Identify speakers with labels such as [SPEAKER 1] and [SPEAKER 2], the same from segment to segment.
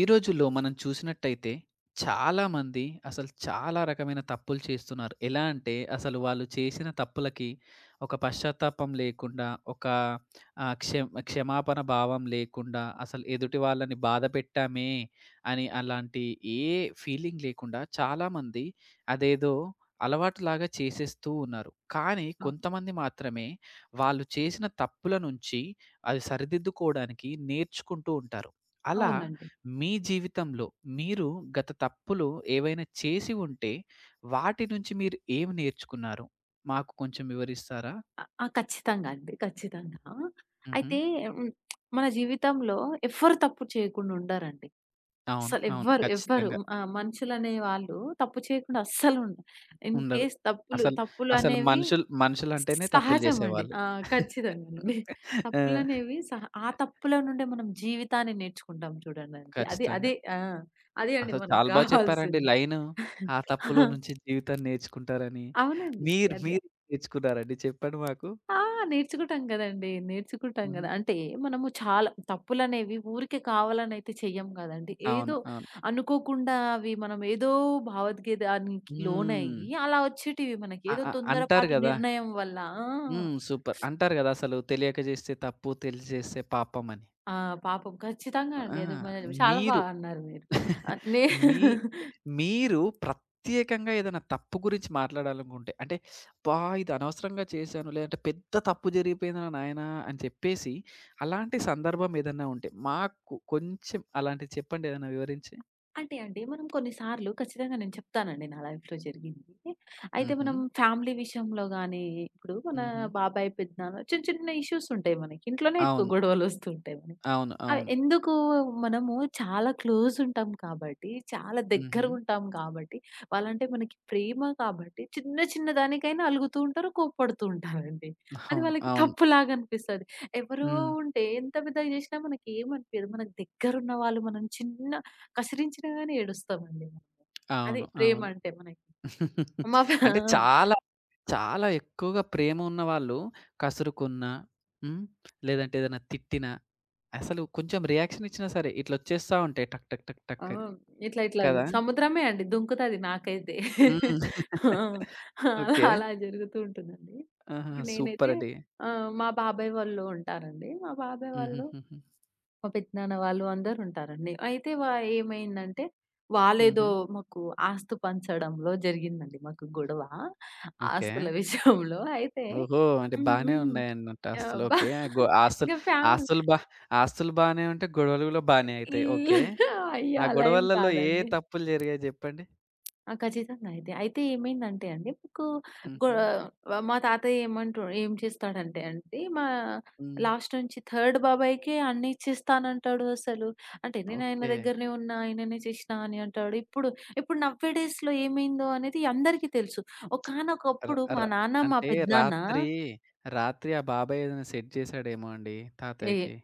[SPEAKER 1] ఈ రోజుల్లో మనం చూసినట్టయితే చాలామంది అసలు చాలా రకమైన తప్పులు చేస్తున్నారు. ఎలా అంటే అసలు వాళ్ళు చేసిన తప్పులకి ఒక పశ్చాత్తాపం లేకుండా, ఒక ఆహ్, క్ష క్షమాపణ భావం లేకుండా, అసలు ఎదుటి వాళ్ళని బాధ పెట్టామే అని అలాంటి ఏ ఫీలింగ్ లేకుండా చాలామంది అదేదో అలవాటులాగా చేసేస్తూ ఉన్నారు. కానీ
[SPEAKER 2] అ
[SPEAKER 1] కొంతమంది మాత్రమే వాళ్ళు చేసిన తప్పుల నుంచి అది సరిదిద్దుకోవడానికి నేర్చుకుంటూ ఉంటారు. అలా
[SPEAKER 2] అవునండి.
[SPEAKER 1] మీ జీవితంలో మీరు గత తప్పులు ఏవైనా చేసి ఉంటే, వాటి నుంచి మీరు ఏం నేర్చుకున్నారు? మాకు కొంచెం వివరిస్తారా?
[SPEAKER 2] ఆ! ఖచ్చితంగా అండి. ఖచ్చితంగా.
[SPEAKER 1] హుహు.
[SPEAKER 2] అయితే హ్మ్. మన జీవితంలో ఎవ్వరు తప్పు చేయకుండా ఉండరండి.
[SPEAKER 1] అవును. అవును.
[SPEAKER 2] ఎవ్వరు
[SPEAKER 1] ఖచ్చితంగా.
[SPEAKER 2] మనుషులనే వాళ్ళు తప్పు చేయకుండా అస్సలు ఉండరు. ఇన్
[SPEAKER 1] ఉండరు.
[SPEAKER 2] కేస్ తప్పులు
[SPEAKER 1] అసలు, అసలు
[SPEAKER 2] తప్పులనేవి
[SPEAKER 1] మనుషులు మనుషులంటేనే తప్పులు
[SPEAKER 2] సహజమండి.
[SPEAKER 1] చేసేవాళ్ళు.
[SPEAKER 2] ఆ! ఖచ్చితంగానండి.
[SPEAKER 1] ఆ!
[SPEAKER 2] తప్పులనేవి సహ ఆ తప్పుల నుండే మనం జీవితాన్ని నేర్చుకుంటాం చూడండండి. అది
[SPEAKER 1] ఖచ్చితంగా.
[SPEAKER 2] అదే ఆ! అదే అండి
[SPEAKER 1] అసలు
[SPEAKER 2] మనకు
[SPEAKER 1] చాలా బా చెప్పారండి
[SPEAKER 2] కావాల్సింది.
[SPEAKER 1] లైను. ఆ తప్పులో నుంచి జీవితాన్ని నేర్చుకుంటారని.
[SPEAKER 2] అవునండి.
[SPEAKER 1] మీరు,
[SPEAKER 2] అదే.
[SPEAKER 1] మీరు నేర్చుకున్నారండి చెప్పండి మాకు?
[SPEAKER 2] ఆ! నేర్చుకుంటాం గదండీ. నేర్చుకుంటాం
[SPEAKER 1] హుహు.
[SPEAKER 2] గదా! అంటే మనము చాలా తప్పులనేవి ఊరికే కావాలనైతే చెయ్యం గదండీ.
[SPEAKER 1] అవును.
[SPEAKER 2] ఏదో
[SPEAKER 1] అవును.
[SPEAKER 2] అనుకోకుండా అవి మనం ఏదో భావోద్వేగానికి
[SPEAKER 1] హ్మ్.
[SPEAKER 2] లోనయ్యి అలా వచ్చేటివి మనకి.
[SPEAKER 1] అ
[SPEAKER 2] ఏదో
[SPEAKER 1] అ అంటారు
[SPEAKER 2] తొందరపాటు
[SPEAKER 1] గదా!
[SPEAKER 2] నిర్ణయం వల్ల ఆ!
[SPEAKER 1] హ్మ్. సూపర్. అంటారు గదా! అసలు తెలియక జేస్తే తప్పు, తెలిసి జేస్తే పాపమని.
[SPEAKER 2] ఆ! పాపం ఖచ్చితంగా
[SPEAKER 1] ఆ!
[SPEAKER 2] అండి. అది చాలా బా
[SPEAKER 1] మీరు
[SPEAKER 2] అన్నారు మీరు. ఆహ్, నే
[SPEAKER 1] మీ మీరు ప్రత్యేకంగా ఏదైనా తప్పు గురించి మాట్లాడాలనుకుంటే, అంటే అబ్బా! ఇది అనవసరంగా చేశాను, లేదంటే పెద్ద తప్పు జరిగిపోయిందిరా నాయనా అని చెప్పేసి, అలాంటి సందర్భం ఏదన్నా ఉంటే, మాకు కొంచెం అలాంటిది చెప్పండి ఏదైనా వివరించి?
[SPEAKER 2] అంటే అండి, మనం కొన్ని సార్లు ఖచ్చితంగా నేను చెప్తానండి నా లైఫ్‌లో జరిగింది. అయితే
[SPEAKER 1] హుహు.
[SPEAKER 2] మనం ఫ్యామిలీ విషయంలో గానీ, ఇప్పుడు మన
[SPEAKER 1] హుహు.
[SPEAKER 2] బాబాయ్, పెదనాన్న చిన్న చిన్న ఇష్యూస్ ఉంటాయి మనకి. ఇంట్లోనే ఎక్కువ
[SPEAKER 1] అవును.
[SPEAKER 2] గొడవలొస్తుంటాయి మనకి.
[SPEAKER 1] అవును.
[SPEAKER 2] ఆ!
[SPEAKER 1] అవును.
[SPEAKER 2] ఎందుకు మనము చాలా క్లోజ్ ఉంటాం కాబట్టి, చాలా
[SPEAKER 1] హుహు.
[SPEAKER 2] దగ్గరగుంటాం కాబట్టి, వాళ్ళంటే మనకి ప్రేమ కాబట్టి, చిన్న చిన్న దానికైనా అలుగుతూ ఉంటారు, కోప్పడుతూ ఉంటారండి. అది
[SPEAKER 1] అవును.
[SPEAKER 2] వాళ్ళకి
[SPEAKER 1] అవును.
[SPEAKER 2] తప్పులాగా అనిపిస్తది. ఎవరో
[SPEAKER 1] హ్మ్.
[SPEAKER 2] ఉంటే ఎంత పెద్దగా చేసినా మనకేమనిపియదు. మనకు దగ్గరున్న వాళ్ళు మనం చిన్న కసిరించినా గాని ఏడుస్తామండి మనము. అది
[SPEAKER 1] అవును.
[SPEAKER 2] ప్రేమ
[SPEAKER 1] అవును.
[SPEAKER 2] అంటే మనకి. మా
[SPEAKER 1] అంటే చాలా చాలా ఎక్కువగా ప్రేమ ఉన్నవాళ్ళు కసురుకున్నా, హ్మ్. లేదంటే ఏదైనా తిట్టినా, అసలు కొంచెం రియాక్షన్ ఇచ్చినా సరే ఇట్లా వచ్చేస్తా ఉంటాయి టక్ టక్ టక్
[SPEAKER 2] ఆ!
[SPEAKER 1] టక్ అని.
[SPEAKER 2] ఇట్లా ఇట్లా
[SPEAKER 1] కదా!
[SPEAKER 2] సముద్రమే అండి దుంకుతది నాకైతే.
[SPEAKER 1] హ్మ్.
[SPEAKER 2] ఆ! అలా
[SPEAKER 1] ఓకే.
[SPEAKER 2] అలా జరుగుతూ ఉంటుందండి.
[SPEAKER 1] ఆహా!
[SPEAKER 2] ఇప్పుడు
[SPEAKER 1] సూపర్
[SPEAKER 2] నేనైతే
[SPEAKER 1] అండి.
[SPEAKER 2] మా బాబాయ్ వాళ్ళు ఉంటారండి. మా బాబాయ్ వాళ్ళు,
[SPEAKER 1] హుహుహుహు.
[SPEAKER 2] మా పెద్దనాన్న వాళ్ళు అందరూ ఉంటారండి. అయితే ఏమైందంటే వాళ్ళేదో
[SPEAKER 1] హుహు.
[SPEAKER 2] మాకు ఆస్తు పంచడంలో జరిగిందండి మాకు గొడవ.
[SPEAKER 1] ఓకే.
[SPEAKER 2] ఆస్తుల విషయంలో అయితే
[SPEAKER 1] ఓహో! అంటే
[SPEAKER 2] హ్మ్.
[SPEAKER 1] బానే
[SPEAKER 2] హ్మ్.
[SPEAKER 1] ఉన్నాయన్నట్టు
[SPEAKER 2] ఆహ్,
[SPEAKER 1] ఆస్తులు.
[SPEAKER 2] బా
[SPEAKER 1] ఓకే. గొ
[SPEAKER 2] ఇక
[SPEAKER 1] ఆస్తులు
[SPEAKER 2] ఫ్యామిలీ
[SPEAKER 1] ఆస్తులు బా ఆస్తులు బానే ఉంటే గొడవలు గూడా బానే
[SPEAKER 2] ఈ
[SPEAKER 1] అయితాయి. ఓకే.
[SPEAKER 2] అయ్యో!
[SPEAKER 1] ఆ
[SPEAKER 2] అలా ఏం
[SPEAKER 1] గొడవలలో ఏ
[SPEAKER 2] కాదండి.
[SPEAKER 1] తప్పులు జరిగాయి జెప్పండి?
[SPEAKER 2] ఆ! ఖచ్చితంగా అయితే. అయితే ఏమైందంటే అండి, మీకు గో
[SPEAKER 1] హుహు.
[SPEAKER 2] మా తాతయ్య ఏం చేస్తాడంటే అండి, మా
[SPEAKER 1] హ్మ్.
[SPEAKER 2] లాస్ట్ నుంచి థర్డ్ బాబాయికే అన్నీ ఇచ్చేస్తానంటాడు అసలు. అంటే నేను ఆయన
[SPEAKER 1] ఓకే.
[SPEAKER 2] దగ్గరనే ఉన్నా, ఆయననే చేసినా అని అంటాడు. ఇప్పుడు ఇప్పుడు నవ్వే డేస్‌లో ఏమైందో అనేది అందరికీ తెలుసు.
[SPEAKER 1] ర
[SPEAKER 2] ఒకానొకప్పుడు
[SPEAKER 1] ర
[SPEAKER 2] మా నాన్న, మా
[SPEAKER 1] అంటే
[SPEAKER 2] పెద్దనాన్న
[SPEAKER 1] రాత్రి, రాత్రి ఆ బాబాయ్ ఏదైనా సెట్ చేసాడేమో అండి
[SPEAKER 2] ఏ
[SPEAKER 1] తాతయ్యకి.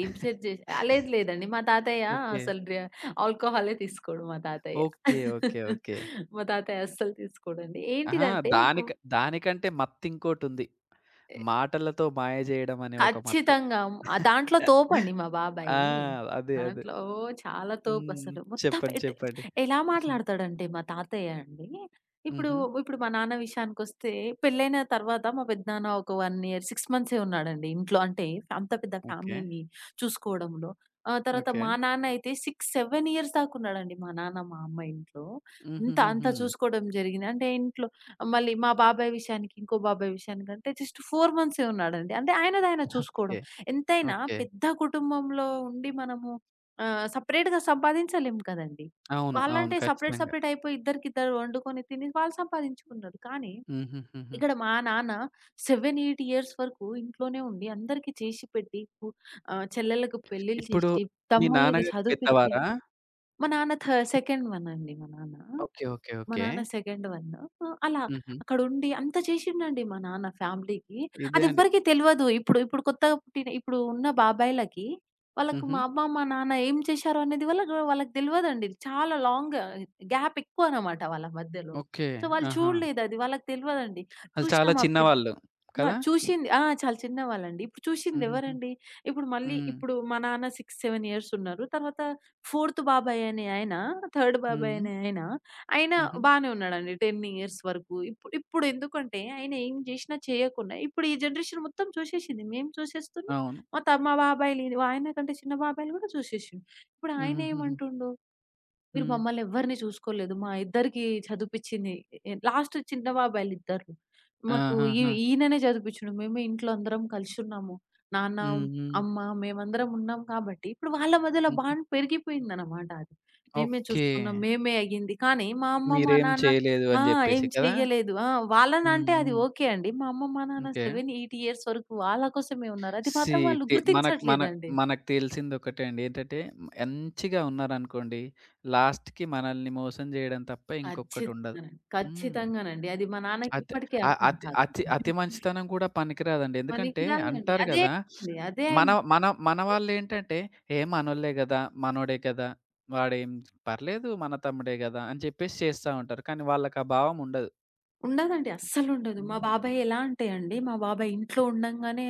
[SPEAKER 2] ఏం సెట్ చేసి ఆ! లేదు లేదండి. మా తాతయ్య
[SPEAKER 1] ఓకే.
[SPEAKER 2] అసలు ఆల్కహాలే తీసుకోడు మా తాతయ్య.
[SPEAKER 1] ఓకే. ఓకే. ఓకే.
[SPEAKER 2] మా తాతయ్య అస్సలు తీసుకోడండి.
[SPEAKER 1] ఆహా!
[SPEAKER 2] ఏంటిదంటే
[SPEAKER 1] దానిక దానికంటే మత్తింకోటుంది. మాటలతో మాయ జేయడం అనే ఒక మత్తు.
[SPEAKER 2] ఖచ్చితంగా. ఆ! దాంట్లో తోపండి మా
[SPEAKER 1] ఆ!
[SPEAKER 2] బాబాయి.
[SPEAKER 1] అదే. అదే.
[SPEAKER 2] దాంట్లో చాలా
[SPEAKER 1] హ్మ్.
[SPEAKER 2] తోపసలు. మొత్తం
[SPEAKER 1] చెప్పండి. చెప్పండి.
[SPEAKER 2] ఎలా
[SPEAKER 1] హ్మ్.
[SPEAKER 2] మాట్లాడతాడంటే మా తాతయ్య అండి, ఇప్పుడు
[SPEAKER 1] హుహు.
[SPEAKER 2] ఇప్పుడు మా నాన్న విషయానికొస్తే పెళ్ళైన తర్వాత మా పెద్దనాన్న ఒక 1 ఇయర్, 6 మంత్సే ఉన్నాడండి ఇంట్లో. అంటే అంత పెద్ద
[SPEAKER 1] ఓకే.
[SPEAKER 2] ఫ్యామిలీని చూసుకోవడంలో. ఆ తర్వాత
[SPEAKER 1] ఓకే.
[SPEAKER 2] మా నాన్న అయితే 6, 7 ఇయర్స్ దాకా ఉన్నాడండి మా నాన్న, మా అమ్మ ఇంట్లో. అంత అంత
[SPEAKER 1] హుహుహుహు.
[SPEAKER 2] చూసుకోవడం జరిగింది. అంటే ఇంట్లో మళ్ళీ మా బాబాయ్ విషయానికి, ఇంకో బాబాయ్ విషయానికంటే జస్ట్ 4 మంత్సే ఉన్నాడండి. అంటే ఆయనదాయన చూసుకోవడం.
[SPEAKER 1] ఓకే.
[SPEAKER 2] ఎంతైనా
[SPEAKER 1] ఓకే.
[SPEAKER 2] పెద్ద కుటుంబంలో ఉండి మనము సెపరేట్‌గా సంపాదించలేం కదండీ.
[SPEAKER 1] అవును. అవును.
[SPEAKER 2] వాళ్ళంటే సెపరేట్
[SPEAKER 1] ఖచ్చితంగా.
[SPEAKER 2] సెపరేట్ అయిపోయి ఇద్దరికిద్దరు వండుకొని తిని వాళ్ళు సంపాదించుకున్నారు. కానీ
[SPEAKER 1] హుహుహుహు.
[SPEAKER 2] ఇక్కడ మా నాన్న 7, 8 ఇయర్స్ వరకు ఇంట్లోనే ఉండి అందరికీ చేసి పెట్టి చెల్లెళ్ళకి పెళ్ళిళ్ళు
[SPEAKER 1] ఇప్పుడు
[SPEAKER 2] చేసి,
[SPEAKER 1] మీ
[SPEAKER 2] తమ్ముళ్ళకి
[SPEAKER 1] నాన్నగారు
[SPEAKER 2] చదివిపిచ్చి
[SPEAKER 1] పెద్దవారా?
[SPEAKER 2] మా నాన్న సెకండ్ వన్ అండి మా నాన్న.
[SPEAKER 1] ఓకే. ఓకే.
[SPEAKER 2] మా
[SPEAKER 1] ఓకే.
[SPEAKER 2] నాన్న సెకండ్ వన్. అలా
[SPEAKER 1] హుహు.
[SPEAKER 2] అక్కడుండి అంత చేసిండండి మా నాన్న ఫ్యామిలీకి.
[SPEAKER 1] ఇదే అండి.
[SPEAKER 2] అదెవ్వరికీ తెలవదు. ఇప్పుడు ఇప్పుడు కొత్తగా పుట్టిన ఇప్పుడు ఉన్న బాబాయిలకి వాళ్ళకి
[SPEAKER 1] హుహు.
[SPEAKER 2] మా అమ్మ, మా నాన్న ఏం చేశారు అనేది వాళ్ళకి వాళ్ళకి తెలవదండి. చాలా లాంగ్ గ్యాప్ ఎక్కువనమాట వాళ్ళ మధ్యలో.
[SPEAKER 1] ఓకే.
[SPEAKER 2] సో, వాళ్ళు
[SPEAKER 1] ఆహా!
[SPEAKER 2] చూడలేదు అది. వాళ్ళకి తెలవదండి.
[SPEAKER 1] అది
[SPEAKER 2] చూసినా
[SPEAKER 1] చాలా
[SPEAKER 2] మా పెద్
[SPEAKER 1] చిన్నవాళ్ళు
[SPEAKER 2] ఆ!
[SPEAKER 1] కదా!
[SPEAKER 2] చూషింది. ఆ! చాలా చిన్నవాళ్ళండి. ఇప్పుడు
[SPEAKER 1] హుహుహు.
[SPEAKER 2] చూషిందెవరండి? ఇప్పుడు మళ్ళీ
[SPEAKER 1] హ్మ్.
[SPEAKER 2] ఇప్పుడు మా నాన్న 6, 7 ఇయర్స్ ఉన్నారు. తర్వాత ఫోర్త్ బాబాయ్ అనే ఆయన, థర్డ్ బాబాయ్
[SPEAKER 1] హ్మ్.
[SPEAKER 2] అనే ఆయన, ఆయన
[SPEAKER 1] హుహు.
[SPEAKER 2] బానే ఉన్నాడండి 10 ఇయర్స్ వరకు. ఇప్పుడు ఇప్పుడెందుకంటే ఆయన ఏం జేషినా చేయకున్నా ఇప్పుడు ఈ జనరేషన్ మొత్తం చూషేషింది. మేము చూసేస్తున్నాం.
[SPEAKER 1] అవును.
[SPEAKER 2] మా బాబాయిలు, ఆయన కంటే చిన్న బాబాయిలు గూడా చూషేషిండు. ఇప్పుడు
[SPEAKER 1] హుహుహుహు.
[SPEAKER 2] ఆయనేమంటుండు, మీరు
[SPEAKER 1] హ్మ్.
[SPEAKER 2] మమ్మల్ని ఎవ్వరిని చూసుకోలేదు. మా ఇద్దరికీ చదివిపిచ్చింది లాస్ట్ చిన్న బాబాయిలిద్దరు. మాకు
[SPEAKER 1] ఆహాహా!
[SPEAKER 2] ఈయననే చదివిపిచ్చిండు. మేమే ఇంట్లో అందరం కలిసున్నాము. నాన్న,
[SPEAKER 1] హ్మ్. హ్మ్.
[SPEAKER 2] అమ్మ మేమందరం ఉన్నాం కాబట్టి, ఇప్పుడు వాళ్ళ మధ్యలో
[SPEAKER 1] హుహు.
[SPEAKER 2] బాండ్ పెరిగిపోయిందనమాట అది. మేమే
[SPEAKER 1] ఓకే.
[SPEAKER 2] చూసుకున్నాం. మేమే అయ్యింది. కానీ మా అమ్మ, మా
[SPEAKER 1] మీరేం
[SPEAKER 2] నాన్న
[SPEAKER 1] చేయలేదు
[SPEAKER 2] ఆ!
[SPEAKER 1] అని
[SPEAKER 2] ఏం
[SPEAKER 1] జెప్పేసి కదా!
[SPEAKER 2] చెయ్యలేదు. ఆ!
[SPEAKER 1] హ్మ్.
[SPEAKER 2] వాళ్ళనంటే అది
[SPEAKER 1] హ్మ్.
[SPEAKER 2] ఓకే అండి. మా అమ్మ, మా నాన్న
[SPEAKER 1] ఓకే.
[SPEAKER 2] 7, 8 ఇయర్స్ వరకు వాళ్ళ కోసమే ఉన్నారు. అది
[SPEAKER 1] సీ
[SPEAKER 2] మాత్రం వాళ్ళు
[SPEAKER 1] తి మనకు మన
[SPEAKER 2] గుర్తించట్లేదండి.
[SPEAKER 1] మనకు తెలిసిందొకటే అండి. ఏంటంటే మంచిగా ఉన్నారనుకోండి, లాస్ట్‌కి మనల్ని మోసం జేయడం తప్ప ఇంకొకటుండదు.
[SPEAKER 2] ఖచ్చితంగానండి.
[SPEAKER 1] హ్మ్.
[SPEAKER 2] ఖచ్చితంగానండి. అది మా నాన్నకి
[SPEAKER 1] అత్
[SPEAKER 2] ఇప్పటికి
[SPEAKER 1] ఆహ్,
[SPEAKER 2] అర్థం
[SPEAKER 1] అతి
[SPEAKER 2] కాదు.
[SPEAKER 1] అతి అతి మంచితనం గూడా పనికిరాదండి. ఎందుకంటే
[SPEAKER 2] పనికిరాదండి.
[SPEAKER 1] అంటారు
[SPEAKER 2] అదే
[SPEAKER 1] గదా!
[SPEAKER 2] అండి. అదే
[SPEAKER 1] మన
[SPEAKER 2] అయిందండి.
[SPEAKER 1] మన మన వాళ్ళేంటంటే, "ఏ మనోళ్ళే గదా! మనోడే కదా! వాడేం పర్లేదు మన తమ్ముడే గదా!" అని చెప్పేసి చేస్తా ఉంటారు. కానీ వాళ్ళకా భావం ఉండదు.
[SPEAKER 2] ఉండదండి. అస్సలుండదు. మా
[SPEAKER 1] హ్మ్.
[SPEAKER 2] బాబాయ్ ఎలా అంటే అండి, మా బాబాయ్ ఇంట్లో ఉండంగానే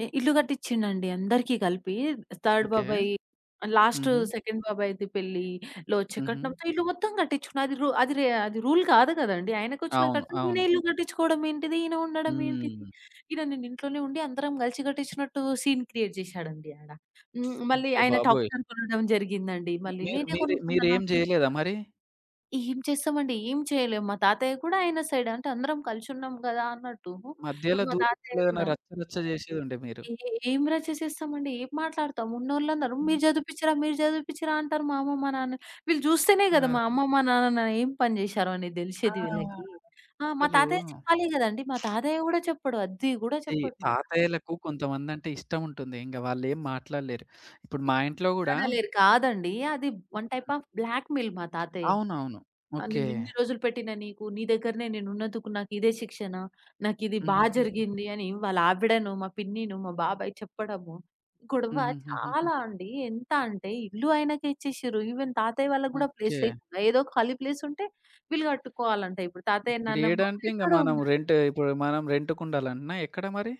[SPEAKER 2] ఇల్లు కట్టిచ్చిండండి అందరికీ కలిపి. Third
[SPEAKER 1] okay.
[SPEAKER 2] బాబాయి లాస్ట్
[SPEAKER 1] హుహు.
[SPEAKER 2] సెకండ్ బాబాయిది పెళ్లిలో వచ్చే
[SPEAKER 1] హుహు.
[SPEAKER 2] కట్నంతో ఇల్లు మొత్తం కట్టించుకున్నాడు. అది రు అది రే అది రూల్ కాదు కదండీ! ఆయనకొచ్చిన
[SPEAKER 1] అవును.
[SPEAKER 2] కట్నం ఈయన
[SPEAKER 1] అవును.
[SPEAKER 2] ఇల్లు కట్టించుకోవడం ఏంటిది? ఈయన ఉండడం ఏంటిది?
[SPEAKER 1] హ్మ్.
[SPEAKER 2] ఈడ నేను ఇంట్లోనే ఉండి అందరం కలిసి కట్టించినట్టు సీన్ క్రియేట్ చేశాడండి ఆడ. హ్మ్.
[SPEAKER 1] అచ్చ
[SPEAKER 2] మళ్ళీ ఆయన టాప్
[SPEAKER 1] బాబోయ్!
[SPEAKER 2] టాప్ కొనడం జరిగిందండి. మళ్ళీ
[SPEAKER 1] మీరు
[SPEAKER 2] నేనే
[SPEAKER 1] మీరు
[SPEAKER 2] కొనుక్కున్నాను.
[SPEAKER 1] మీరేం జేయలేదా మరి?
[SPEAKER 2] ఏం చేస్తామండి? ఏం చేయలేం. మా తాతయ్య కూడా ఆయన సైడే. అంటే అందరం కలిసున్నాం గదా! అన్నట్టు. ఇప్పుడు
[SPEAKER 1] మధ్యలో
[SPEAKER 2] మా తాతయ్య
[SPEAKER 1] దూరిప్పుడేమైనా
[SPEAKER 2] గూడా
[SPEAKER 1] రచ్చ రచ్చ జేసేదుండే మీరు.
[SPEAKER 2] ఏ ఏం రా చేసేస్తామండి? ఏం మాట్లాడతాం? ఉన్నోళ్ళందరూ మీరు చదివిపిచ్చిరా అంటారు మా అమ్మ, మా నాన్న. వీళ్ళు చూస్తేనే గదా! మా
[SPEAKER 1] ఆ!
[SPEAKER 2] అమ్మ, మా నాన్న నా ఏం పని జేశారో అనేది దెలిసేది వీళ్ళకి.
[SPEAKER 1] ఆ!
[SPEAKER 2] ఆ! మా
[SPEAKER 1] అసలు
[SPEAKER 2] తాతయ్య చెప్పాలి గదండీ! మా తాతయ్య గూడా చెప్పడు. అది గూడా
[SPEAKER 1] ఈ
[SPEAKER 2] చెప్పడు మా తాతయ్య.
[SPEAKER 1] తాతయ్యలకు కొంతమందంటే ఇష్టముంటుంది. ఇంగ వాళ్ళేం మాట్లాడలేరు. ఇప్పుడు మా ఇంట్లో గూడా
[SPEAKER 2] మాట్లాడలేరు. కాదండి. అది వన్ టైప్ ఆఫ్ బ్లాక్‌మెయిల్ మా తాతయ్య.
[SPEAKER 1] అవునవును.
[SPEAKER 2] ఆ!
[SPEAKER 1] ఓకే.
[SPEAKER 2] నేనిన్ని రోజులు పెట్టిన నీకు, నీ దగ్గరనే నేనున్నందుకు నాకిదే శిక్షనా? నాకిది బా
[SPEAKER 1] హుహుహు.
[SPEAKER 2] జరిగింది అని వాళ్ళ ఆవిడను, మా పిన్నిను, మా బాబాయి చెప్పడము, గొడవ
[SPEAKER 1] హుహుహుహు. హుహుహుహుహు.
[SPEAKER 2] చాలా అండి. ఎంత అంటే ఇల్లు ఆయనకే ఇచ్చేసిర్రు. ఈవెన్ తాతయ్య వాళ్ళకి గూడా ప్లేస్
[SPEAKER 1] ఓకే.
[SPEAKER 2] లేకుండా ఏదో ఒక ఖాళీ ప్లేస్ ఉంటే వీళ్ళు కట్టుకోవాలంట. ఇప్పుడు తాతయ్య,
[SPEAKER 1] ఇప్పుడు
[SPEAKER 2] నాన్నమ్మ
[SPEAKER 1] ఈడంటే
[SPEAKER 2] కూడా
[SPEAKER 1] ఇంగ
[SPEAKER 2] ఎక్కడో ఉన్నారు.
[SPEAKER 1] మనం రెంట్‌కుండాలంటనా ఎక్కడ మరి?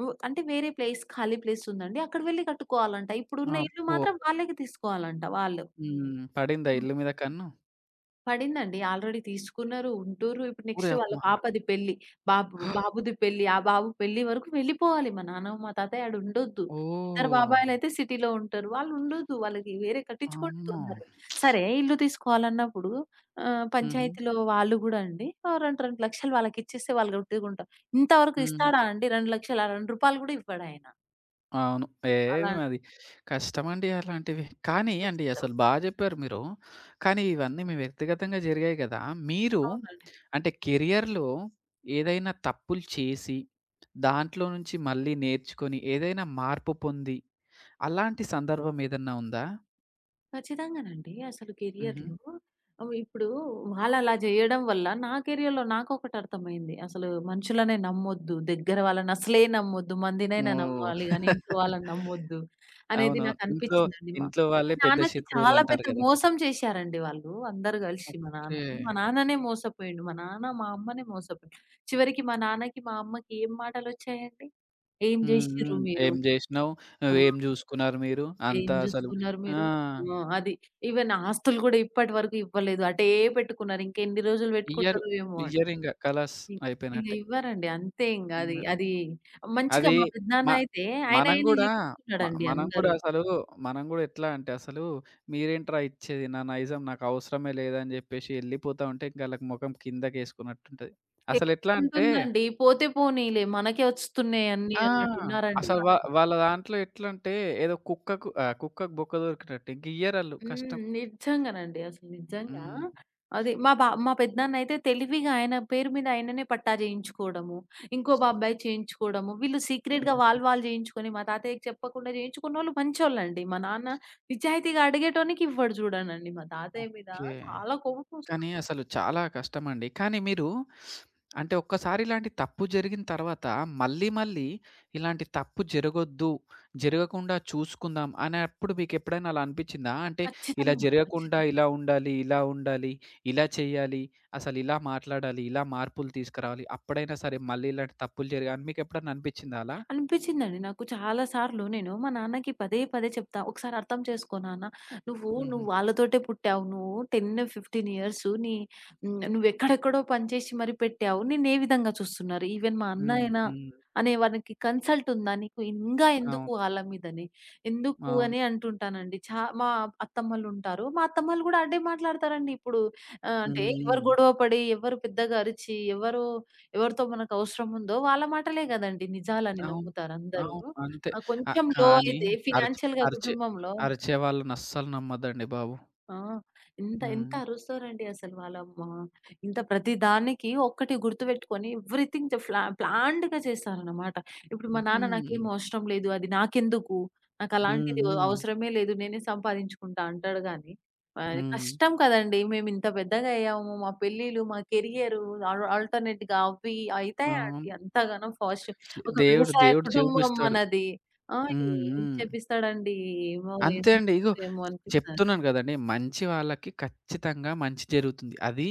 [SPEAKER 2] అంటే వేరే ప్లేస్ ఖాళీ ప్లేస్ ఉందండి. అక్కడ వెళ్లి కట్టుకోవాలంట. ఇప్పుడున్న ఇల్లు
[SPEAKER 1] అబ్బో!
[SPEAKER 2] మాత్రం వాళ్ళకి తీసుకోవాలంట వాళ్ళు.
[SPEAKER 1] హ్మ్. పడిందా ఇల్లు మీద కన్ను?
[SPEAKER 2] పడిందండి. ఆల్రెడీ తీసుకున్నారు, ఉంటుర్రు. ఇప్పుడు
[SPEAKER 1] ఓరి
[SPEAKER 2] నెక్స్ట్ వాళ్ళ
[SPEAKER 1] అమ్మ!
[SPEAKER 2] పాపది పెళ్లి. బాబుది పెళ్లి. ఆ బాబు పెళ్లి వరకు వెళ్ళిపోవాలి. మా నాన్న, మా తాతయ్య ఆడ ఉండొద్దు. ఇద్దరు
[SPEAKER 1] ఓహ్!
[SPEAKER 2] బాబాయిలయితే సిటీలో ఉంటారు. వాళ్ళుండొద్దు. వాళ్ళకి వేరే కట్టించుకోండి
[SPEAKER 1] అమ్మో!
[SPEAKER 2] తొందరగా. సరే ఇల్లు తీసుకోవాలన్నప్పుడు
[SPEAKER 1] హుహు.
[SPEAKER 2] పంచాయతీలో వాళ్ళు గూడా అండి 2 లక్షలు వాళ్ళకిచ్చేస్తే వాళ్ళు గుట్టిగుంటారు. ఇంతవరకు
[SPEAKER 1] హ్మ్.
[SPEAKER 2] ఇస్తాడా అండి 2 లక్షలు? ఆ రూ. 2 కూడా ఇవ్వడాయన.
[SPEAKER 1] అవును.
[SPEAKER 2] అలా
[SPEAKER 1] ఏం అది కష్టమండి అలాంటివి. కానీ అండి
[SPEAKER 2] కష్టం.
[SPEAKER 1] అసలు బా జెప్పారు మీరు. కానీ ఇవన్నీ మీ వ్యక్తిగతంగా జరిగాయి గదా! మీరు
[SPEAKER 2] అవునండి.
[SPEAKER 1] అంటే కెరియర్‌లో ఏదైనా తప్పులు చేసి, దాంట్లో నుంచి మళ్ళీ నేర్చుకొని, ఏదైనా మార్పు పొంది, అలాంటి సందర్భం ఏదన్నా ఉందా?
[SPEAKER 2] ఖచ్చితంగానండి. అసలు
[SPEAKER 1] హుహు.
[SPEAKER 2] కెరియర్‌లో ఇప్పుడు వాళ్ళలా జేయడం వల్ల నా కెరియర్‌లో నాకొకటి అర్థమైంది. అసలు మనుషులనే నమ్మొద్దు. దగ్గర వాళ్ళని అసలే నమ్మొద్దు. మందినైనా నమ్మాలి
[SPEAKER 1] ఓహ్!
[SPEAKER 2] గానీ ఇంట్లో వాళ్ళని నమ్మొద్దు అనేది
[SPEAKER 1] అవునవును. ఇంట్లో,
[SPEAKER 2] నాకనిపిచ్చిందండి. మా
[SPEAKER 1] ఇంట్లో
[SPEAKER 2] మా
[SPEAKER 1] వాళ్ళే పెద్ద
[SPEAKER 2] నాన్నకి చాలా
[SPEAKER 1] శత్రువులంటారు
[SPEAKER 2] పెద్ద
[SPEAKER 1] గదా!
[SPEAKER 2] మోసం చేశారండి వాళ్ళు. అందరూ గలిషి మా
[SPEAKER 1] ఓకే.
[SPEAKER 2] నాన్నని. మా నాన్ననే మోసపోయిండు. మా నాన్న, మా అమ్మనే మోసపోయిండు. చివరికి మా నాన్నకి, మా అమ్మకి ఏం మాటలొచ్చాయండి? "ఏం
[SPEAKER 1] హ్మ్.
[SPEAKER 2] జేషిర్రు
[SPEAKER 1] హ్మ్.
[SPEAKER 2] మీరు?"
[SPEAKER 1] ఏం జేసినావు?
[SPEAKER 2] ఆ!
[SPEAKER 1] నువ్వేం జూసుకున్నారు మీరు?
[SPEAKER 2] ఏం
[SPEAKER 1] అంతా అసలు
[SPEAKER 2] జూసుకున్నారు
[SPEAKER 1] ఆ!
[SPEAKER 2] మీరు? ఆ! అది. ఈవెన్ ఆస్తులు గూడా ఇప్పటి వరకు ఇవ్వలేదు. అటే పెట్టుకున్నారు. ఇంకెన్ని రోజులు
[SPEAKER 1] ఇయ్యరు.
[SPEAKER 2] పెట్టుకుంటారో ఏమో అని.
[SPEAKER 1] ఇయ్యరింగ ఖలాస్
[SPEAKER 2] ఇ ఇంగ
[SPEAKER 1] అయిపోయినట్టే.
[SPEAKER 2] ఇవ్వరండి. అంతే ఇంగ అది.
[SPEAKER 1] హ్మ్.
[SPEAKER 2] అది మంచిగా
[SPEAKER 1] అది
[SPEAKER 2] మా
[SPEAKER 1] మ
[SPEAKER 2] పెద్దనాన్న అయితే ఆయన
[SPEAKER 1] మనం
[SPEAKER 2] ఆయనే
[SPEAKER 1] గూడా
[SPEAKER 2] జేపించుకున్నాడండి
[SPEAKER 1] మనం గూడా
[SPEAKER 2] అందరూ.
[SPEAKER 1] అసలు మనం గూడా ఎట్లా అంటే అసలు మీరేంట్రా ఇచ్చేది నా నైజం నాకవసరమే లేదని జెప్పేసి ఎళ్ళిపోతా ఉంటే ఇంక ఆళ్ళకి మొఖం కిందకేసుకున్నట్టుంటది. అసలెట్లా అంటే
[SPEAKER 2] ఏముంటుందండి పోతే పోనీలే మనకే వస్తున్నాయి అన్నీ
[SPEAKER 1] ఆ!
[SPEAKER 2] అన్నట్టున్నారండి
[SPEAKER 1] అసలు
[SPEAKER 2] వాళ్ళు.
[SPEAKER 1] వాళ్ళ దాంట్లో ఎట్లంటే ఏదో కుక్కకు కుక్కకు బొక్క దొరికినట్టు ఇంకియ్యరాళ్ళు
[SPEAKER 2] హ్మ్.
[SPEAKER 1] కష్టం.
[SPEAKER 2] నిజంగానండి. అసలు నిజంగా.
[SPEAKER 1] హ్మ్.
[SPEAKER 2] అది మా పెద్దనాన్నయితే తెలివిగా ఆయన పేరు మీద ఆయననే పట్టా చేయించుకోవడము. ఇంకో బాబాయి చేయించుకోవడము. వీళ్ళు సీక్రెట్‌గా వాళ్ళు
[SPEAKER 1] హ్మ్.
[SPEAKER 2] వాళ్ళు చేయించుకొని మా తాతయ్యకి చెప్పకుండా చేయించుకున్నోళ్ళు మంచోళ్ళండి. మా నాన్న నిజాయితీగా అడిగేటోనికి ఇవ్వడు చూడనండి. మా తాతయ్య మీద
[SPEAKER 1] ఓకే.
[SPEAKER 2] చాలా కోపమొస్తుంది.
[SPEAKER 1] కానీ అసలు చాలా కష్టమండి. కానీ మీరు అంటే ఒక్కసారి ఇలాంటి తప్పు జరిగిన తర్వాత మళ్ళీ, మళ్ళీ ఇలాంటి తప్పు జరగొద్దు, జరగకుండా చూసుకుందాం అనేప్పుడు మీకెప్పుడైనా అలా అనిపిచ్చిందా? అంటే ఇలా
[SPEAKER 2] ఖచ్చితంగా.
[SPEAKER 1] జరగకుండా
[SPEAKER 2] ఖచ్చితంగా.
[SPEAKER 1] ఇలా ఉండాలి, ఇలా ఉండాలి, ఇలా చేయాలి, అసలు ఇలా మాట్లాడాలి, ఇలా మార్పులు తీసుకురావాలి. అప్పుడైనా సరే మళ్ళీ ఇలాంటి తప్పులు జరగాలని మీకెప్పుడన్నా అనిపిచ్చిందా అలా?
[SPEAKER 2] అనిపిచ్చిందండి నాకు చాలా సార్లు. నేను మా నాన్నకి పదే పదే చెప్తా. "ఒకసారి అర్థం చేసుకో నాన్న. నువ్వు
[SPEAKER 1] హుహు.
[SPEAKER 2] నువ్వు వాళ్ళతోటే పుట్టావు. నువ్వు 10, 15 ఇయర్స్ నీ నువ్వెక్కడెక్కడో పనిచేసి మరి పెట్టావు. నిన్నే విధంగా చూస్తున్నారు. ఈవెన్ మా అన్న
[SPEAKER 1] హ్మ్.
[SPEAKER 2] అయినా
[SPEAKER 1] హ్మ్.
[SPEAKER 2] అనేవానికి కన్సల్ట్ ఉందా నీకు? ఇంగా
[SPEAKER 1] అవును.
[SPEAKER 2] ఎందుకు వాళ్ళ మీదని? ఎందుకు"
[SPEAKER 1] అవును.
[SPEAKER 2] అని అంటుంటానండి. మా అత్తమ్మలుంటారు. మా అత్తమ్మలు గూడా అదే మాట్లాడతారండి ఇప్పుడు.
[SPEAKER 1] హ్మ్.
[SPEAKER 2] అంటే ఎవరు
[SPEAKER 1] హ్మ్.
[SPEAKER 2] గొడవ పడి, ఎవరు పెద్దగా అరిచి, ఎవరు ఎవరితో మనకవసరం ఉందో వాళ్ళ మాటలే గదండీ నిజాలని
[SPEAKER 1] అవును.
[SPEAKER 2] నమ్ముతారందరూ.
[SPEAKER 1] అవును. అంతే. ఆ!
[SPEAKER 2] కొంచెం లో
[SPEAKER 1] కానీ
[SPEAKER 2] అయితే
[SPEAKER 1] అరిచి
[SPEAKER 2] ఫినాన్షియల్‌గా
[SPEAKER 1] అరిచే
[SPEAKER 2] కుటుంబంలో
[SPEAKER 1] అరిచే వాళ్ళని అస్సలు నమ్మద్దండి బాబు.
[SPEAKER 2] ఆ! ఎంత ఎంత
[SPEAKER 1] హ్మ్.
[SPEAKER 2] అరుస్తారండి అసలు వాళ్ళమ్మా! ఇంత ప్రతి దానికి ఒక్కటి గుర్తుపెట్టుకొని ఎవ్రీథింగ్ జ ఫ్లా ప్లాన్డ్‌గా చేస్తారన్నమాట. ఇప్పుడు మా
[SPEAKER 1] హుహు.
[SPEAKER 2] నాన్న నాకేం అవసరం లేదు. అది నాకెందుకు?
[SPEAKER 1] హ్మ్.
[SPEAKER 2] నాకలాంటిది
[SPEAKER 1] హ్మ్.
[SPEAKER 2] అవసరమే లేదు. నేనే సంపాదించుకుంటా అంటాడు గానీ,
[SPEAKER 1] హ్మ్.
[SPEAKER 2] కష్టం కదండీ! మేమింత పెద్దగా అయ్యాము. మా పెళ్ళిళ్ళు, మా కెరియరు ఆల్ ఆల్టర్‌నేట్‌గా అవి అయితాయా
[SPEAKER 1] అవును.
[SPEAKER 2] అండి అంతగానం ఫాస్ట్? ఒక
[SPEAKER 1] దేవుడు
[SPEAKER 2] వ్యవసాయ
[SPEAKER 1] దేవుడు
[SPEAKER 2] కుటుంబం
[SPEAKER 1] చూపిస్తాడు.
[SPEAKER 2] మనది. ఆ!
[SPEAKER 1] హ్మ్.
[SPEAKER 2] ఏం
[SPEAKER 1] హ్మ్.
[SPEAKER 2] చేపిస్తాడండి? ఏమో
[SPEAKER 1] అంతే
[SPEAKER 2] ఏమో
[SPEAKER 1] అండి. ఇగో
[SPEAKER 2] ఏమో అనిపిస్తది.
[SPEAKER 1] చెప్తున్నాను గదండీ! మంచి వాళ్ళకి ఖచ్చితంగా మంచి జరుగుతుంది. అది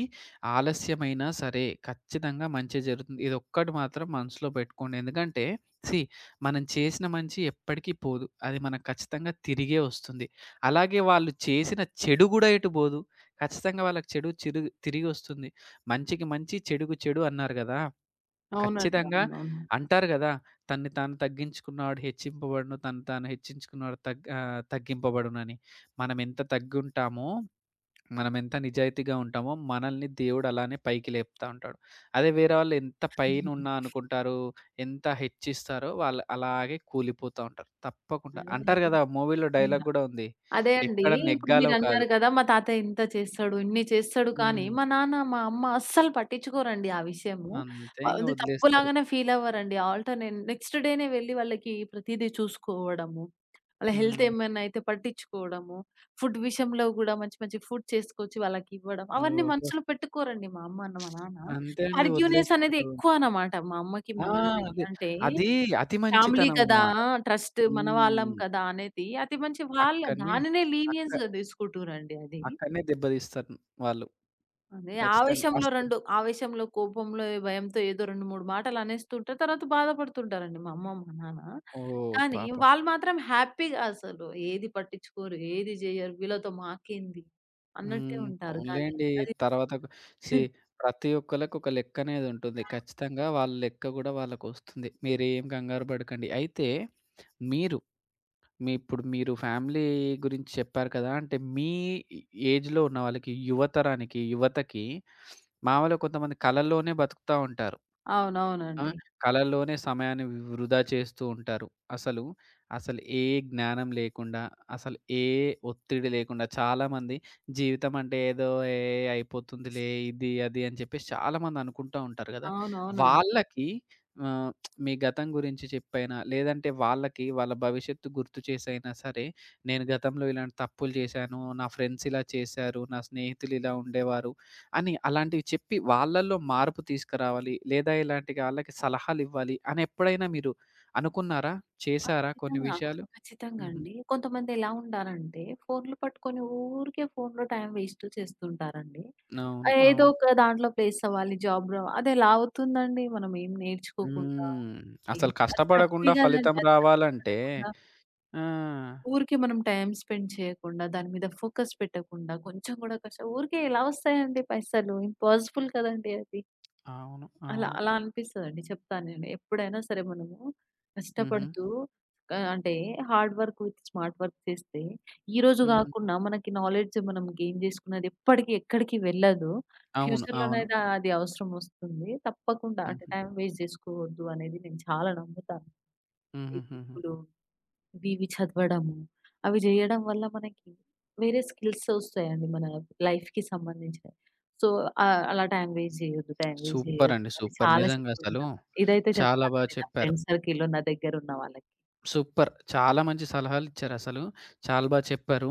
[SPEAKER 1] ఆలస్యమైనా సరే, ఖచ్చితంగా మంచే జరుగుతుంది. ఇదొక్కటి మాత్రం మనసులో పెట్టుకోండి. ఎందుకంటే, సీ మనం చేసిన మంచి ఎప్పటికి పోదు. అది మనకు ఖచ్చితంగా తిరిగే వస్తుంది. అలాగే వాళ్ళు చేసిన చెడు గూడా ఎటు బోదు. ఖచ్చితంగా వాళ్ళకి చెడు చిరుగు తిరిగొస్తుంది. మంచికి మంచి, చెడుకు చెడు అన్నారు గదా!
[SPEAKER 2] అవునండి.
[SPEAKER 1] ఖచ్చితంగా
[SPEAKER 2] అవునవును.
[SPEAKER 1] అంటారు గదా! తన్ని తాను తగ్గించుకున్నవాడు హెచ్చింపబడును. తను తాను హెచ్చించుకున్నవాడు తగ్గింపబడునని. మనమెంత తగ్గుంటామో, మనమెంత నిజాయితీగా ఉంటామో, మనల్ని దేవుడు అలానే పైకి లేపుతా ఉంటాడు. అదే వేరే వాళ్ళు ఎంత పైనున్నా అనుకుంటారు, ఎంత హెచ్చిస్తారో వాళ్ళు అలాగే కూలిపోతా ఉంటారు.
[SPEAKER 2] అదే.
[SPEAKER 1] తప్పకుండా. అంటారు
[SPEAKER 2] అదే.
[SPEAKER 1] గదా! మూవీలో డైలాగ్
[SPEAKER 2] ఖచ్చితంగా.
[SPEAKER 1] గూడా ఉంది.
[SPEAKER 2] అదే అండి.
[SPEAKER 1] ఎక్కడ
[SPEAKER 2] ఇప్పుడు
[SPEAKER 1] నెగ్గాలో
[SPEAKER 2] మీరన్నారు
[SPEAKER 1] కాదు.
[SPEAKER 2] గదా! మా తాతయ్య ఇంత చేస్తాడు, ఇన్ని చేస్తాడు కానీ,
[SPEAKER 1] హ్మ్.
[SPEAKER 2] మా నాన్న, మా అమ్మ అస్సలు పట్టించుకోరండి ఆ విషయము.
[SPEAKER 1] అంతే ఇంగ
[SPEAKER 2] అది
[SPEAKER 1] వదిలేస్తారు.
[SPEAKER 2] తప్పులాగానే ఫీల్ అవ్వరండి. ఆల్టర్‌నేట్ నెక్స్ట్ డేనే వెళ్లి వాళ్ళకి ప్రతీదీ చూసుకోవడము, వాళ్ళ హెల్త్
[SPEAKER 1] హ్మ్.
[SPEAKER 2] ఏమైనా అయితే పట్టించుకోవడము, ఫుడ్ విషయంలో గూడా మంచి మంచి ఫుడ్ చేసుకొచ్చి వాళ్ళకివ్వడం, అవన్నీ
[SPEAKER 1] ఓహో!
[SPEAKER 2] మనసులో పెట్టుకోరండి మా అమ్మ, మా నాన్న.
[SPEAKER 1] అంతే అండి.
[SPEAKER 2] ఆర్గ్యూనెస్ అనేది
[SPEAKER 1] వదిలేస్తారు.
[SPEAKER 2] ఎక్కువ అన్నమాట మా అమ్మకి,
[SPEAKER 1] ఆ!
[SPEAKER 2] మా నాన్నకి.
[SPEAKER 1] అది.
[SPEAKER 2] అంటే
[SPEAKER 1] అది అతి
[SPEAKER 2] ఫ్యామిలీ
[SPEAKER 1] మంచితనం
[SPEAKER 2] కదా!
[SPEAKER 1] అన్నమాట.
[SPEAKER 2] ఆ! ట్రస్ట్ మన వాళ్ళం
[SPEAKER 1] హ్మ్.
[SPEAKER 2] కదా! అనేది అది మంచి వాళ్ళ
[SPEAKER 1] అక్కడనే
[SPEAKER 2] దానినే
[SPEAKER 1] అక్క
[SPEAKER 2] లీనియన్స్‌గా తీసుకుంటుర్రండి అది.
[SPEAKER 1] అక్కడనే దెబ్బతీస్తారు వాళ్ళు.
[SPEAKER 2] అదే
[SPEAKER 1] ఖచ్చితంగా.
[SPEAKER 2] ఆవేశంలో
[SPEAKER 1] అస్సలు
[SPEAKER 2] 2 ఆవేశంలో, కోపంలో, భయంతో ఏదో 2, 3 మాటలు అనేస్తుంటారు. తర్వాత బాధపడుతుంటారండి మా అమ్మ, మా నాన్న.
[SPEAKER 1] ఓహ్!
[SPEAKER 2] కానీ
[SPEAKER 1] పాపం.
[SPEAKER 2] వాళ్ళు మాత్రం హ్యాపీగా అసలు ఏది పట్టించుకోరు, ఏది జేయరు. వీళ్ళతో మాకేంది అన్నట్టే
[SPEAKER 1] హ్మ్.
[SPEAKER 2] ఉంటారు. కానీ
[SPEAKER 1] పోనీలెండి.
[SPEAKER 2] అది
[SPEAKER 1] తర్వాత సీ ప్రతి ఒక్కళ్ళకి ఒక లెక్క అనేది ఉంటుంది. ఖచ్చితంగా వాళ్ళ లెక్క గూడా వాళ్ళకొస్తుంది. మీరేం కంగారు పడకండి. అయితే మీరు మీ ఇప్పుడు మీరు ఫ్యామిలీ గురించి చెప్పారు కదా! అంటే మీ ఏజ్‌లో ఉన్న వాళ్ళకి యువతరానికి, యువతకి మామూలుగా కొంతమంది కలల్లోనే బతుకుతా ఉంటారు. ఆ!
[SPEAKER 2] అవునవునండి.
[SPEAKER 1] కళల్లోనే సమయాన్ని వృధా చేస్తూ ఉంటారు. అసలు, అసలు ఏ జ్ఞానం లేకుండా, అసలు ఏ ఒత్తిడి లేకుండా చాలామంది జీవితం అంటే ఏదో ఏ అయిపోతుందిలే ఇది, అది అని చెప్పేసి చాలామంది అనుకుంటా ఉంటారు గదా!
[SPEAKER 2] అవునవునండి.
[SPEAKER 1] వాళ్ళకి ఆహ్, మీ గతం గురించి చెప్పైనా, లేదంటే వాళ్ళకి వాళ్ళ భవిష్యత్తు గుర్తు చేసైనా సరే, నేను గతంలో ఇలాంటి తప్పులు చేశాను, నా ఫ్రెండ్స్ ఇలా చేశారు, నా స్నేహితులు ఇలా ఉండేవారు అని అలాంటివి చెప్పి వాళ్ళల్లో మార్పు తీసుకురావాలి. లేదా ఇలాంటి ఆళ్ళకి సలహాలివ్వాలి అని ఎప్పుడైనా మీరు అనుకున్నారా? చేసారా కొన్ని
[SPEAKER 2] ఖచ్చితంగా.
[SPEAKER 1] విషయాలు?
[SPEAKER 2] ఖచ్చితంగా
[SPEAKER 1] హుహు.
[SPEAKER 2] అండి. కొంతమంది ఎలా ఉంటారంటే ఫోన్‌లు పట్టుకొని ఊరికే ఫోన్‌లో టైమ్ వేస్ట్ చేస్తుంటారండి. ఆ
[SPEAKER 1] అవును.
[SPEAKER 2] ఏదో
[SPEAKER 1] అవును.
[SPEAKER 2] ఒక దాంట్లో ప్లేస్ అవ్వాలి జాబ్‌లో అది ఎలా అవుతుందండి? మనం ఏం నేర్చుకోకుండా
[SPEAKER 1] హ్మ్.
[SPEAKER 2] ఏం
[SPEAKER 1] అసలు
[SPEAKER 2] అది తప్పే
[SPEAKER 1] కష్టపడకుండా ఫలితం
[SPEAKER 2] కదండీ. అది
[SPEAKER 1] రావాలంటే
[SPEAKER 2] కష్టపడకుండా
[SPEAKER 1] ఆ!
[SPEAKER 2] ఊరికే మనం టైమ్ స్పెండ్ చేయకుండా దాని మీద ఫోకస్ పెట్టకుండా కొంచెం కూడా కష్టం ఊరికే ఎలా వస్తాయండి పైసలు? ఇంపాసిబుల్ కదండీ అది.
[SPEAKER 1] అవును.
[SPEAKER 2] అలా
[SPEAKER 1] అవును.
[SPEAKER 2] అలా అనిపిస్తదండి. చెప్తాను నేను. ఎప్పుడైనా సరే మనము
[SPEAKER 1] హుహు.
[SPEAKER 2] కష్టపడుతూ అంటే hard work with smart work చేస్తే, ఈరోజు
[SPEAKER 1] హుహు.
[SPEAKER 2] గాకున్నా మనకి నాలెడ్జ్ మనం గెయిన్ జేసుకున్నది ఎప్పటికి ఎక్కడికి వెళ్ళదు.
[SPEAKER 1] అవును. అవును.
[SPEAKER 2] ఫ్యూచర్‌లోనైతే అది అది అవసరం వస్తుంది. తప్పకుండా అంటే
[SPEAKER 1] హుహు.
[SPEAKER 2] టైం వేస్ట్ జేసుకోవద్దు అనేది నేను చాలా నమ్ముతాను. ఈ
[SPEAKER 1] హుహుహుహు.
[SPEAKER 2] బుక్కులు ఇవి చదవడము. అవి జేయడం వల్ల మనకి వేరే స్కిల్స్ ఒస్తాయండి మన లైఫ్‌కి సంబంధించినయి. సో, అలా టైం వేస్ట్ జేయొద్దు, టైం
[SPEAKER 1] సూపరండి.
[SPEAKER 2] Waste
[SPEAKER 1] super.
[SPEAKER 2] జేయొద్దు
[SPEAKER 1] అండి,
[SPEAKER 2] అని
[SPEAKER 1] సూపర్.
[SPEAKER 2] చాలా
[SPEAKER 1] నిజంగా
[SPEAKER 2] చెప్తూ
[SPEAKER 1] అసలు.
[SPEAKER 2] ఉంటాను. ఇదైతే
[SPEAKER 1] చాలా బా
[SPEAKER 2] చెప్తానండి నా
[SPEAKER 1] చెప్పారు.
[SPEAKER 2] ఫ్రెండ్స్ సర్కిల్‌లో నా దగ్గరున్న వాళ్ళకి.
[SPEAKER 1] సూపర్. చాలా మంచి సలహాలిచ్చారసలు. చాలా బా చెప్పారు.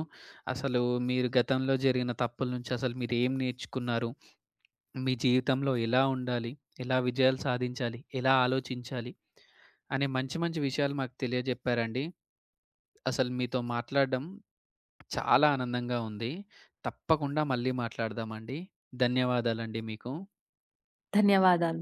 [SPEAKER 1] అసలు మీరు గతంలో జరిగిన తప్పుల నుంచి అసలు మీరేం నేర్చుకున్నారు? మీ జీవితంలో ఎలా ఉండాలి? ఎలా విజయాలు సాధించాలి? ఎలా ఆలోచించాలి? అనే మంచి మంచి విషయాలు మాకు తెలియజెప్పారండి. అసలు మీతో మాట్లాడడం చాలా ఆనందంగా ఉంది. తప్పకుండా మళ్ళీ మాట్లాడదామండి. ధన్యవాదాలండి మీకు.
[SPEAKER 2] ధన్యవాదాలు.